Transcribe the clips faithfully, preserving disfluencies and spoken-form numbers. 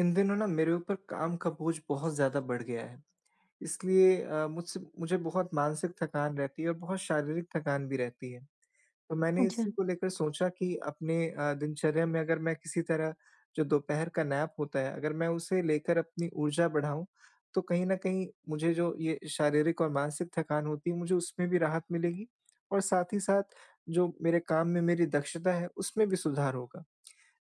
इन दिनों ना मेरे ऊपर काम का बोझ बहुत ज़्यादा बढ़ गया है। इसलिए अ, मुझसे मुझे बहुत मानसिक थकान रहती है और बहुत शारीरिक थकान भी रहती है। तो मैंने अच्छा। इसी को लेकर सोचा कि अपने अ, दिनचर्या में, अगर मैं किसी तरह जो दोपहर का नैप होता है, अगर मैं उसे लेकर अपनी ऊर्जा बढ़ाऊँ, तो कहीं न कहीं मुझे जो ये शारीरिक और मानसिक थकान होती है, मुझे उसमें भी राहत मिलेगी और साथ ही साथ जो मेरे काम में मेरी दक्षता है, उसमें भी सुधार होगा।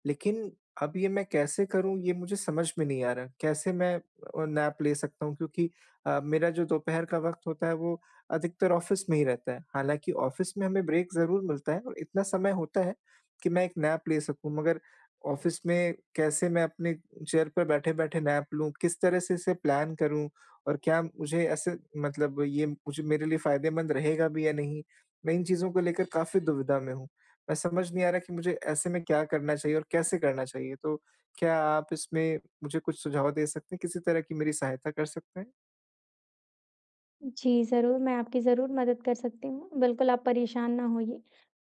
लेकिन अब ये मैं कैसे करूँ, ये मुझे समझ में नहीं आ रहा। कैसे मैं अ, नैप ले सकता हूँ, क्योंकि अ, मेरा जो दोपहर का वक़्त होता है वो अधिकतर ऑफ़िस में ही रहता है। हालाँकि ऑफ़िस में हमें ब्रेक ज़रूर मिलता है और इतना समय होता है कि मैं एक नैप ले सकूँ, मगर ऑफ़िस में कैसे मैं अपने चेयर पर बैठे-बैठे नैप लूँ, किस तरह से इसे प्लान करूँ और क्या मुझे ऐसे, मतलब ये मुझे मेरे लिए फ़ायदेमंद रहेगा भी या नहीं? मैं इन चीज़ों को लेकर काफ़ी दुविधा में हूँ। मैं समझ नहीं आ रहा कि मुझे ऐसे में क्या करना चाहिए और कैसे करना चाहिए? तो क्या आप इसमें मुझे कुछ सुझाव दे सकते हैं? किसी तरह की मेरी सहायता कर सकते हैं? जी, ज़रूर, मैं आपकी ज़रूर मदद कर सकती हूँ। बिल्कुल आप परेशान ना होइए।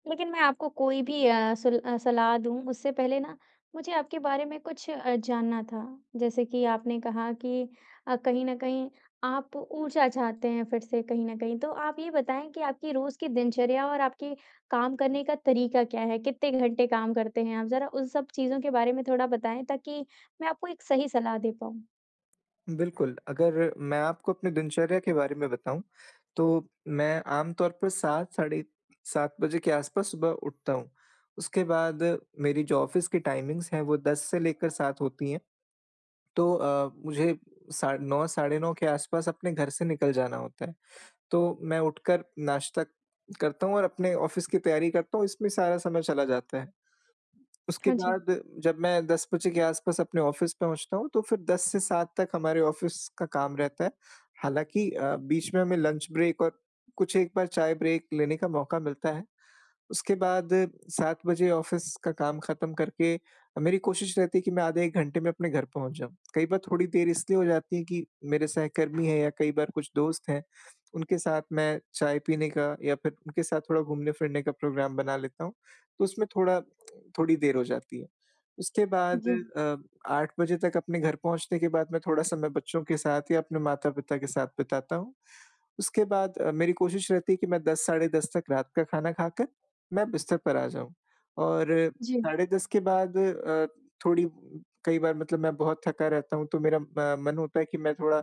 लेकिन मैं आपको कोई भी अ, सुल अ, सलाह दूँ, उससे पहले ना मुझे आपके बारे में कुछ अ, जानना था। जैसे कि आपने कहा कि अ, कहीं न कहीं आप ऊर्जा चाहते हैं फिर से कहीं न कहीं। तो आप ये बताएँ कि आपकी रोज़ की दिनचर्या और आपके काम करने का तरीका क्या है? कितने घंटे काम करते हैं आप? ज़रा उन सब चीज़ों के बारे में थोड़ा बताएँ ताकि मैं आपको एक सही सलाह दे पाऊँ। बिल्कुल, अगर मैं आपको अपनी दिनचर्या के बारे में बताऊँ, तो मैं आम तौर पर सात साढ़े सात बजे के आस-पास सुबह उठता हूँ। उसके बाद मेरी जो ऑफ़िस की टाइमिंग्स हैं, वो दस से लेकर सात होती हैं। तो अ, मुझे सा नौ साढ़े नौ के आस-पास अपने घर से निकल जाना होता है। तो मैं उठकर नाश्ता करता हूँ और अपने ऑफ़िस की तैयारी करता हूँ, इसमें सारा समय चला जाता है। उसके हाँ जी। बाद जब मैं दस बजे के आस-पास अपने ऑफ़िस पहुँचता हूँ, तो फिर दस से सात तक हमारे ऑफ़िस का काम रहता है। हालाँकि अ, बीच में हमें लंच ब्रेक और कुछ एक बार चाय ब्रेक लेने का मौका मिलता है। उसके बाद सात बजे ऑफ़िस का काम ख़त्म करके, अ, मेरी कोशिश रहती है कि मैं आधे एक घंटे में अपने घर पहुँच जाऊँ। कई बार थोड़ी देर इसलिए हो जाती है कि मेरे सहकर्मी हैं या कई बार कुछ दोस्त हैं, उनके साथ मैं चाय पीने का या फिर उनके साथ थोड़ा घूमने-फिरने का प्रोग्राम बना लेता हूँ। तो उसमें थोड़ा थोड़ी देर हो जाती है। उसके बाद जी। अ, आठ बजे तक अपने घर पहुँचने के बाद मैं थोड़ा समय बच्चों के साथ या अपने माता-पिता के साथ बिताता हूँ। उसके बाद अ, मेरी कोशिश रहती है कि मैं 10 साढ़े दस तक रात का खाना खाकर मैं बिस्तर पर आ जाऊँ और जी। साढ़े दस के बाद अ, थोड़ी कई बार, मतलब, मैं बहुत थका रहता हूँ, तो मेरा अ, मन होता है कि मैं थोड़ा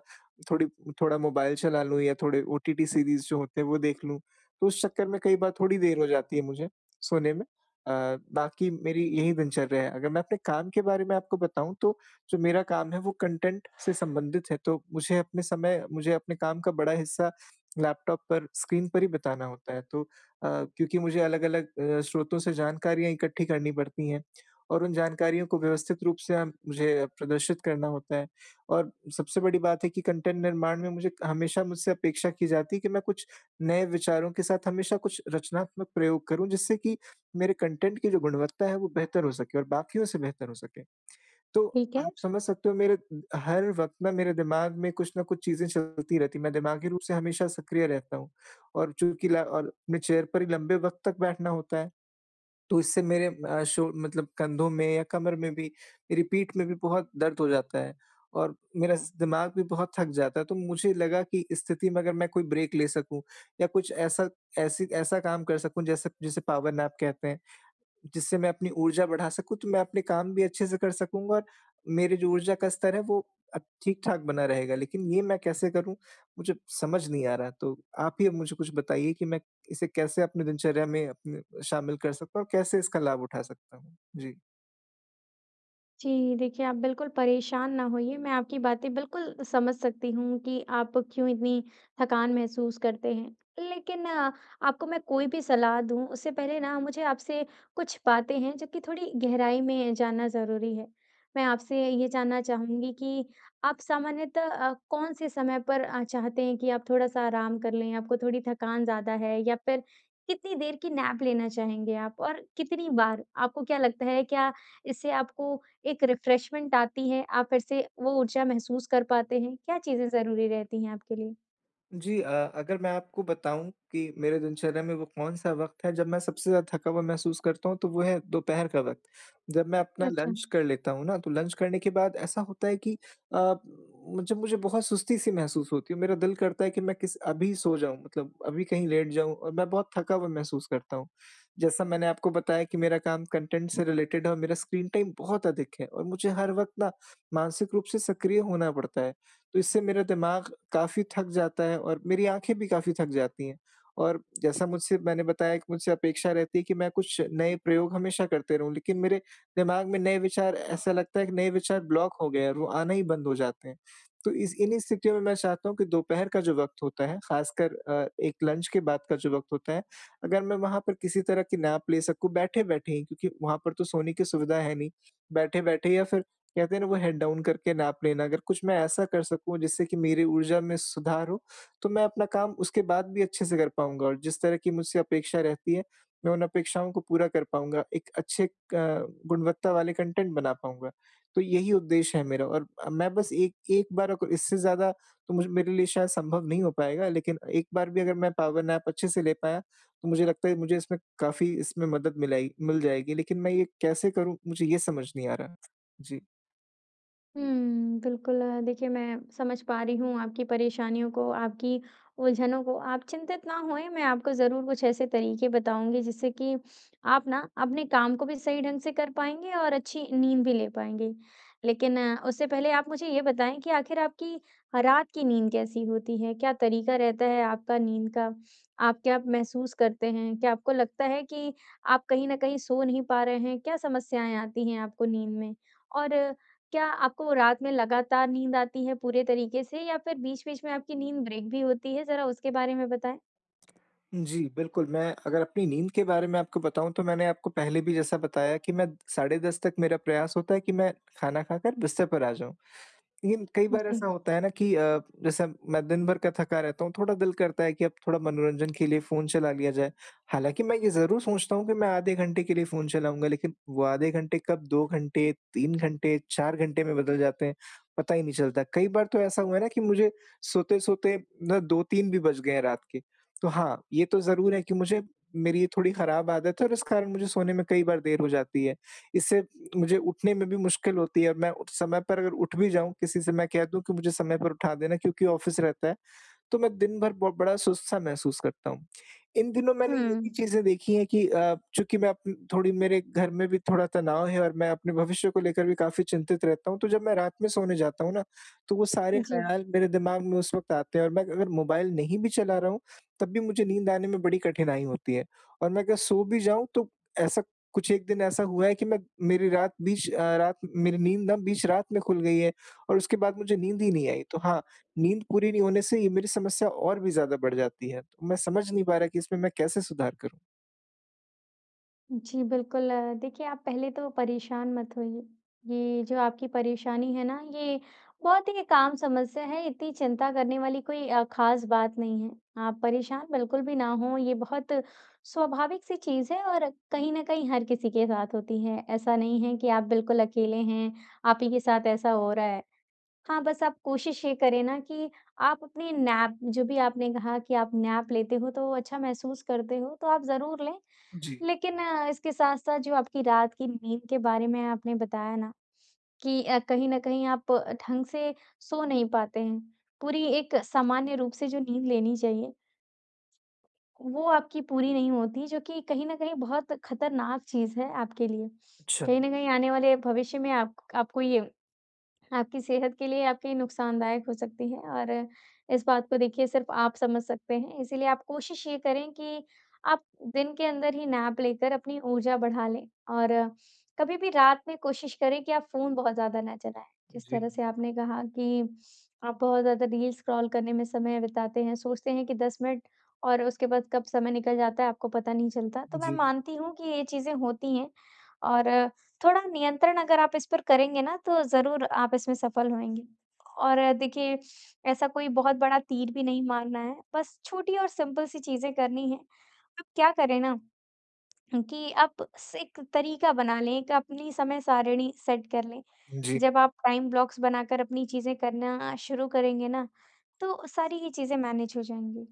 थोड़ी थोड़ा मोबाइल चला लूँ या थोड़े ओटीटी सीरीज़ जो होते हैं वो देख लूँ। तो उस चक्कर में कई बार थोड़ी देर हो जाती है मुझे सोने में। अ, बाकी मेरी यही दिनचर्या है। अगर मैं अपने काम के बारे में आपको बताऊँ, तो जो मेरा काम है वो कंटेंट से संबंधित है, तो मुझे अपने समय मुझे अपने काम का बड़ा हिस्सा लैपटॉप पर, स्क्रीन पर ही बिताना होता है। तो अ, क्योंकि मुझे अलग-अलग अ, स्रोतों से जानकारियाँ इकट्ठी करनी पड़ती हैं और उन जानकारियों को व्यवस्थित रूप से अ, मुझे प्रदर्शित करना होता है और सबसे बड़ी बात है कि कंटेंट निर्माण में मुझे हमेशा मुझसे अपेक्षा की जाती है कि मैं कुछ नए विचारों के साथ हमेशा कुछ रचनात्मक प्रयोग करूँ, जिससे कि मेरे कंटेंट की जो गुणवत्ता है वो बेहतर हो सके और बाकियों से बेहतर हो सके। तो ठीक है। आप समझ सकते हो, मेरे हर वक़्त ना मेरे दिमाग में कुछ ना कुछ चीज़ें चलती रहती हैं, मैं दिमागी रूप से हमेशा सक्रिय रहता हूँ। और चूँकि ल और अपने चेयर पर ही लंबे वक़्त तक बैठना होता है, तो इससे मेरे अ, शो मतलब कंधों में या कमर में भी, मेरी पीठ में भी बहुत दर्द हो जाता है और मेरा स दिमाग भी बहुत थक जाता है। तो मुझे लगा कि इस स्थिति में अगर मैं कोई ब्रेक ले सकूँ या कुछ ऐसा, ऐसी ऐसा काम कर सकूँ, जैसे जिसे पावर नैप कहते हैं। जिससे मैं अपनी ऊर्जा बढ़ा सकूँ, तो मैं अपने काम भी अच्छे से कर सकूँगा और मेरे जो ऊर्जा का स्तर है वो अ, ठीक-ठाक बना रहेगा। लेकिन ये मैं कैसे करूँ? मुझे समझ नहीं आ रहा। तो आप ही अब मुझे कुछ बताइए कि मैं इसे कैसे अपनी दिनचर्या में अपने शामिल कर सकता हूँ और कैसे इसका लाभ उठा सकता हूँ? जी। जी, देखिए आप बिल्कुल परेशान ना होइए, मैं आपकी बातें बिल्कुल समझ सकती हूँ कि आप क्यों इतनी थकान महसूस करते हैं। लेकिन आ, आपको मैं कोई भी सलाह दूँ, उससे पहले ना मुझे आपसे कुछ बातें हैं जो कि थोड़ी गहराई में जानना ज़रूरी है। मैं आपसे ये जानना चाहूँगी कि आप सामान्यतः अ, कौन से समय पर अ, चाहते हैं कि आप थोड़ा-सा आराम कर लें, आपको थोड़ी थकान ज़्यादा है या फिर कितनी देर की नैप लेना चाहेंगे आप? और कितनी बार? आपको क्या लगता है क्या इससे आपको एक रिफ्रेशमेंट आती है, आप फिर से वो ऊर्जा महसूस कर पाते हैं? क्या चीज़ें ज़रूरी रहती हैं आपके लिए? जी, अ, अगर मैं आपको बताऊँ कि मेरे दिनचर्या में वो कौन-सा वक़्त है जब मैं सबसे ज़्यादा थका हुआ महसूस करता हूँ, तो वो है दोपहर का वक़्त। जब मैं अपना अच्छा। लंच कर लेता हूँ ना, तो लंच करने के बाद ऐसा होता है कि अ, मुझे मुझे बहुत सुस्ती-सी महसूस होती है। मेरा दिल करता है कि मैं किस अभी सो जाऊँ, मतलब अभी कहीं लेट जाऊँ, और मैं बहुत थका हुआ महसूस करता हूँ। जैसा मैंने आपको बताया कि मेरा काम कंटेंट से रिलेटेड है और मेरा स्क्रीन टाइम बहुत अधिक है और मुझे हर वक़्त ना मानसिक रूप से सक्रिय होना पड़ता है। तो इससे मेरा दिमाग काफ़ी थक जाता है और मेरी आँखें भी काफ़ी थक जाती हैं। और जैसा मुझसे मैंने बताया कि मुझसे अपेक्षा रहती है कि मैं कुछ नए प्रयोग हमेशा करते रहूँ, लेकिन मेरे दिमाग में नए विचार, ऐसा लगता है कि नए विचार ब्लॉक हो गए हैं और वो आना ही बंद हो जाते हैं। तो इस इन्हीं स्थितियों में मैं चाहता हूँ कि दोपहर का जो वक़्त होता है, ख़ासकर अ, एक लंच के बाद का जो वक़्त होता है, अगर मैं वहाँ पर किसी तरह की नैप ले सकूँ बैठे-बैठे ही, क्योंकि वहाँ पर तो सोने की सुविधा है नहीं। बैठे-बैठे या फिर कहते हैं ना वो हेड डाउन करके नैप लेना, अगर कुछ मैं ऐसा कर सकूँ जिससे कि मेरी ऊर्जा में सुधार हो, तो मैं अपना काम उसके बाद भी अच्छे से कर पाऊँगा और जिस तरह की मुझसे अपेक्षा रहती है, मैं उन अपेक्षाओं को पूरा कर पाऊँगा, एक अच्छे क गुणवत्ता वाले कंटेंट बना पाऊँगा। तो यही उद्देश्य है मेरा और अ, मैं बस एक एक बार, अगर इससे ज़्यादा तो मुझे मेरे लिए शायद संभव नहीं हो पाएगा, लेकिन एक बार भी अगर मैं पावर नैप अच्छे से ले पाया, तो मुझे लगता है मुझे इसमें काफ़ी इसमें मदद मिलाएगी मिल जाएगी, लेकिन मैं ये कैसे करूँ, मुझे ये समझ नहीं आ रहा। जी। हुँ, बिल्कुल अ, देखिए मैं समझ पा रही हूँ आपकी परेशानियों को, आपकी उलझनों को। आप चिंतित ना होएँ, मैं आपको ज़रूर कुछ ऐसे तरीके बताऊँगी जिससे कि आप ना अपने काम को भी सही ढंग से कर पाएँगे और अच्छी नींद भी ले पाएँगे। लेकिन अ, उससे पहले आप मुझे ये बताएँ कि आखिर आपकी रात की नींद कैसी होती है? क्या तरीका रहता है आपका नींद का? आप क्या महसूस करते हैं? क्या आपको लगता है कि आप कहीं न कहीं सो नहीं पा रहे हैं? क्या समस्याएँ आती हैं आपको नींद में? और क्या आपको रात में लगातार नींद आती है पूरे तरीके से या फिर बीच-बीच में आपकी नींद ब्रेक भी होती है? ज़रा उसके बारे में बताएँ। जी, बिल्कुल, मैं अगर अपनी नींद के बारे में आपको बताऊँ, तो मैंने आपको पहले भी जैसा बताया कि मैं साढ़े दस तक मेरा प्रयास होता है कि मैं खाना खाकर बिस्तर पर आ जाऊँ। लेकिन कई बार ऐसा जी। होता है ना कि अ, जैसे मैं दिन भर का थका रहता हूँ, थोड़ा दिल करता है कि अब थोड़ा मनोरंजन के लिए फ़ोन चला लिया जाए। हालाँकि मैं ये ज़रूर सोचता हूँ कि मैं आधे घंटे के लिए फ़ोन चलाऊँगा, लेकिन वो आधे घंटे कब दो घंटे, तीन घंटे, चार घंटे में बदल जाते हैं, पता ही नहीं चलता। कई बार तो ऐसा हुआ है ना कि मुझे सोते-सोते ना दो तीन भी बज गए हैं रात के। तो हाँ, ये तो ज़रूर है कि मुझे, मेरी ये थोड़ी खराब आदत है और इस कारण मुझे सोने में कई बार देर हो जाती है। इससे मुझे उठने में भी मुश्किल होती है और मैं उठ समय पर अगर उठ भी जाऊँ, किसी से मैं कह दूँ कि मुझे समय पर उठा देना क्योंकि ऑफ़िस रहता है, तो मैं दिन भर ब बड़ा सुस्त-सा महसूस करता हूँ। इन दिनों मैंने हुँ। ये भी चीज़ें देखी हैं कि अ, चूँकि मैं अप थोड़ी मेरे घर में भी थोड़ा तनाव है और मैं अपने भविष्य को लेकर भी काफ़ी चिंतित रहता हूँ, तो जब मैं रात में सोने जाता हूँ ना, तो वो सारे जी। ख़्याल मेरे दिमाग में उस वक़्त आते हैं और मैं अगर मोबाइल नहीं भी चला रहा हूँ, तब भी मुझे नींद आने में बड़ी कठिनाई होती है और मैं अगर सो भी जाऊँ तो ऐसा कुछ एक दिन ऐसा हुआ है कि मैं मेरी रात बीच अ, रात मेरी नींद ना बीच रात में खुल गई है और उसके बाद मुझे नींद ही नहीं आई। तो हाँ, नींद पूरी नहीं होने से ये मेरी समस्या और भी ज़्यादा बढ़ जाती है। तो मैं समझ नहीं पा रहा कि इसमें मैं कैसे सुधार करूँ? जी, बिल्कुल अ, देखिए आप पहले तो परेशान मत होइए। ये जो आपकी परेशानी है ना, ये बहुत ही एक आम समस्या है, इतनी चिंता करने वाली कोई अ, ख़ास बात नहीं है। आप परेशान बिल्कुल भी ना हों, ये बहुत स्वाभाविक सी चीज़ है और कहीं न कहीं हर किसी के साथ होती है। ऐसा नहीं है कि आप बिल्कुल अकेले हैं, आप ही के साथ ऐसा हो रहा है। हाँ, बस आप कोशिश ये करें ना कि आप अपनी नैप जो भी आपने कहा कि आप नैप लेते हो तो अच्छा महसूस करते हो, तो आप ज़रूर लें। जी, लेकिन अ, इसके साथ-साथ जो आपकी रात की नींद के बारे में आपने बताया ना कि अ, कहीं न कहीं आप ढंग से सो नहीं पाते हैं। पूरी एक सामान्य रूप से जो नींद लेनी चाहिए, वो आपकी पूरी नहीं होती जो कि कहीं न कहीं बहुत खतरनाक चीज़ है आपके लिए। अच्छा। कहीं न कहीं आने वाले भविष्य में आप आपको ये आपकी सेहत के लिए आपके लिए नुकसानदायक हो सकती है और इस बात को देखिए सिर्फ़ आप समझ सकते हैं। इसीलिए आप कोशिश ये करें कि आप दिन के अंदर ही नैप लेकर अपनी ऊर्जा बढ़ा लें और कभी भी रात में कोशिश करें कि आप फ़ोन बहुत ज़्यादा ना चलाएँ। जिस जी, तरह से आपने कहा कि आप बहुत ज़्यादा रील स्क्रॉल करने में समय बिताते हैं, सोचते हैं कि दस मिनट और उसके बाद कब समय निकल जाता है आपको पता नहीं चलता। तो मैं जी, मानती हूँ कि ये चीज़ें होती हैं और थोड़ा नियंत्रण अगर आप इस पर करेंगे ना, तो ज़रूर आप इसमें सफल होएँगे। और अ, देखिए, ऐसा कोई बहुत बड़ा तीर भी नहीं मारना है, बस छोटी और सिंपल सी चीज़ें करनी हैं। आप क्या करें ना कि आप स एक तरीका बना लें, एक अपनी समय सारिणी सेट कर लें। जी, जी। जब आप टाइम ब्लॉक्स बनाकर अपनी चीज़ें करना शुरू करेंगे ना, तो सारी ही चीज़ें मैनेज हो जाएँगी।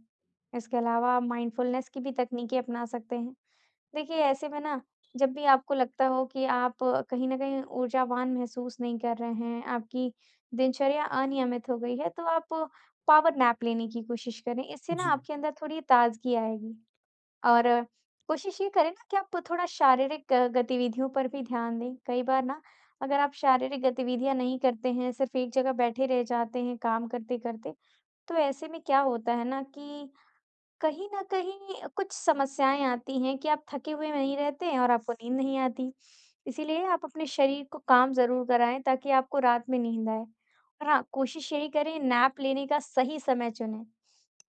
इसके अलावा आप माइंडफुलनेस की भी तकनीकें अपना सकते हैं। देखिए, ऐसे में ना जब भी आपको लगता हो कि आप कहीं न कहीं ऊर्जावान महसूस नहीं कर रहे हैं, आपकी दिनचर्या अनियमित हो गई है, तो आप पावर नैप लेने की कोशिश करें। इससे ना जी, आपके अंदर थोड़ी ताज़गी आएगी और कोशिश ये करें ना कि आप थोड़ा शारीरिक अ, गतिविधियों पर भी ध्यान दें। कई बार ना अगर आप शारीरिक गतिविधियाँ नहीं करते हैं, सिर्फ़ एक जगह बैठे रह जाते हैं काम करते-करते, तो ऐसे में क्या होता है ना कि कहीं न कहीं कुछ समस्याएँ आती हैं कि आप थके हुए नहीं रहते हैं और आपको नींद नहीं आती। इसीलिए आप अपने शरीर को काम ज़रूर कराएँ ताकि आपको रात में नींद आए। और हाँ, कोशिश यही करें नैप लेने का सही समय चुनें,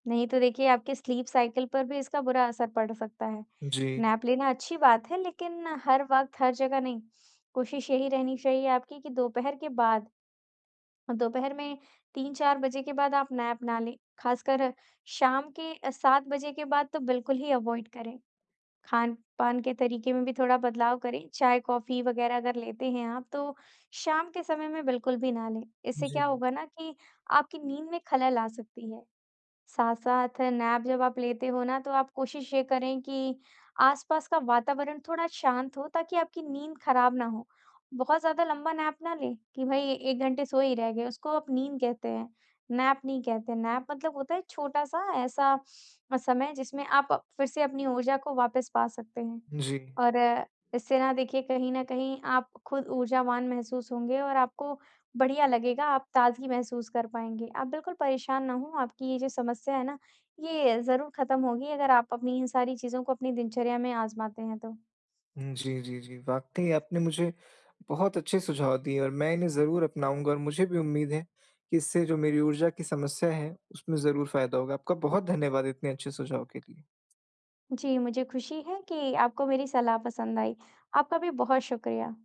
नहीं तो देखिए आपके स्लीप साइकिल पर भी इसका बुरा असर पड़ सकता है। जी। नैप लेना अच्छी बात है लेकिन हर वक़्त, हर जगह नहीं। कोशिश यही रहनी चाहिए आपकी कि दोपहर के बाद हाँ, दोपहर में तीन चार बजे के बाद आप नैप ना लें, खासकर शाम के अ, सात बजे के बाद तो बिल्कुल ही अवॉइड करें। खान-पान के तरीके में भी थोड़ा बदलाव करें, चाय, कॉफ़ी वगैरह अगर लेते हैं आप, तो शाम के समय में बिल्कुल भी ना लें। इससे जी, क्या होगा ना कि आपकी नींद में खलल आ सकती है। साथ-साथ नैप जब आप लेते हो ना, तो आप कोशिश ये करें कि आसपास का वातावरण थोड़ा शांत हो ताकि आपकी नींद खराब ना हो। बहुत ज़्यादा लंबा नैप ना लें कि भई एक घंटे सोए ही रह गए, उसको आप नींद कहते हैं, नैप नहीं कहते। नैप मतलब होता है छोटा-सा ऐसा अ, समय जिसमें आप अ, फिर से अपनी ऊर्जा को वापस पा सकते हैं। और अ, इससे ना देखिए कहीं न कहीं आप खुद ऊर्जावान महसूस होंगे और आपको बढ़िया लगेगा, आप ताज़गी महसूस कर पाएँगे। आप बिल्कुल परेशान ना हों, आपकी ये जो समस्या है ना, ये ज़रूर ख़त्म होगी अगर आप अपनी इन सारी चीज़ों को अपनी दिनचर्या में आज़माते हैं तो। जी, जी, जी। वाक़ई आपने मुझे बहुत अच्छे सुझाव दिए और मैं इन्हें ज़रूर अपनाऊँगा और मुझे भी उम्मीद है कि इससे जो मेरी ऊर्जा की समस्या है, उसमें ज़रूर फ़ायदा होगा। आपका बहुत धन्यवाद इतने अच्छे सुझाव के लिए। जी, मुझे खुशी है कि आपको मेरी सलाह पसंद आई। आपका भी बहुत शुक्रिया।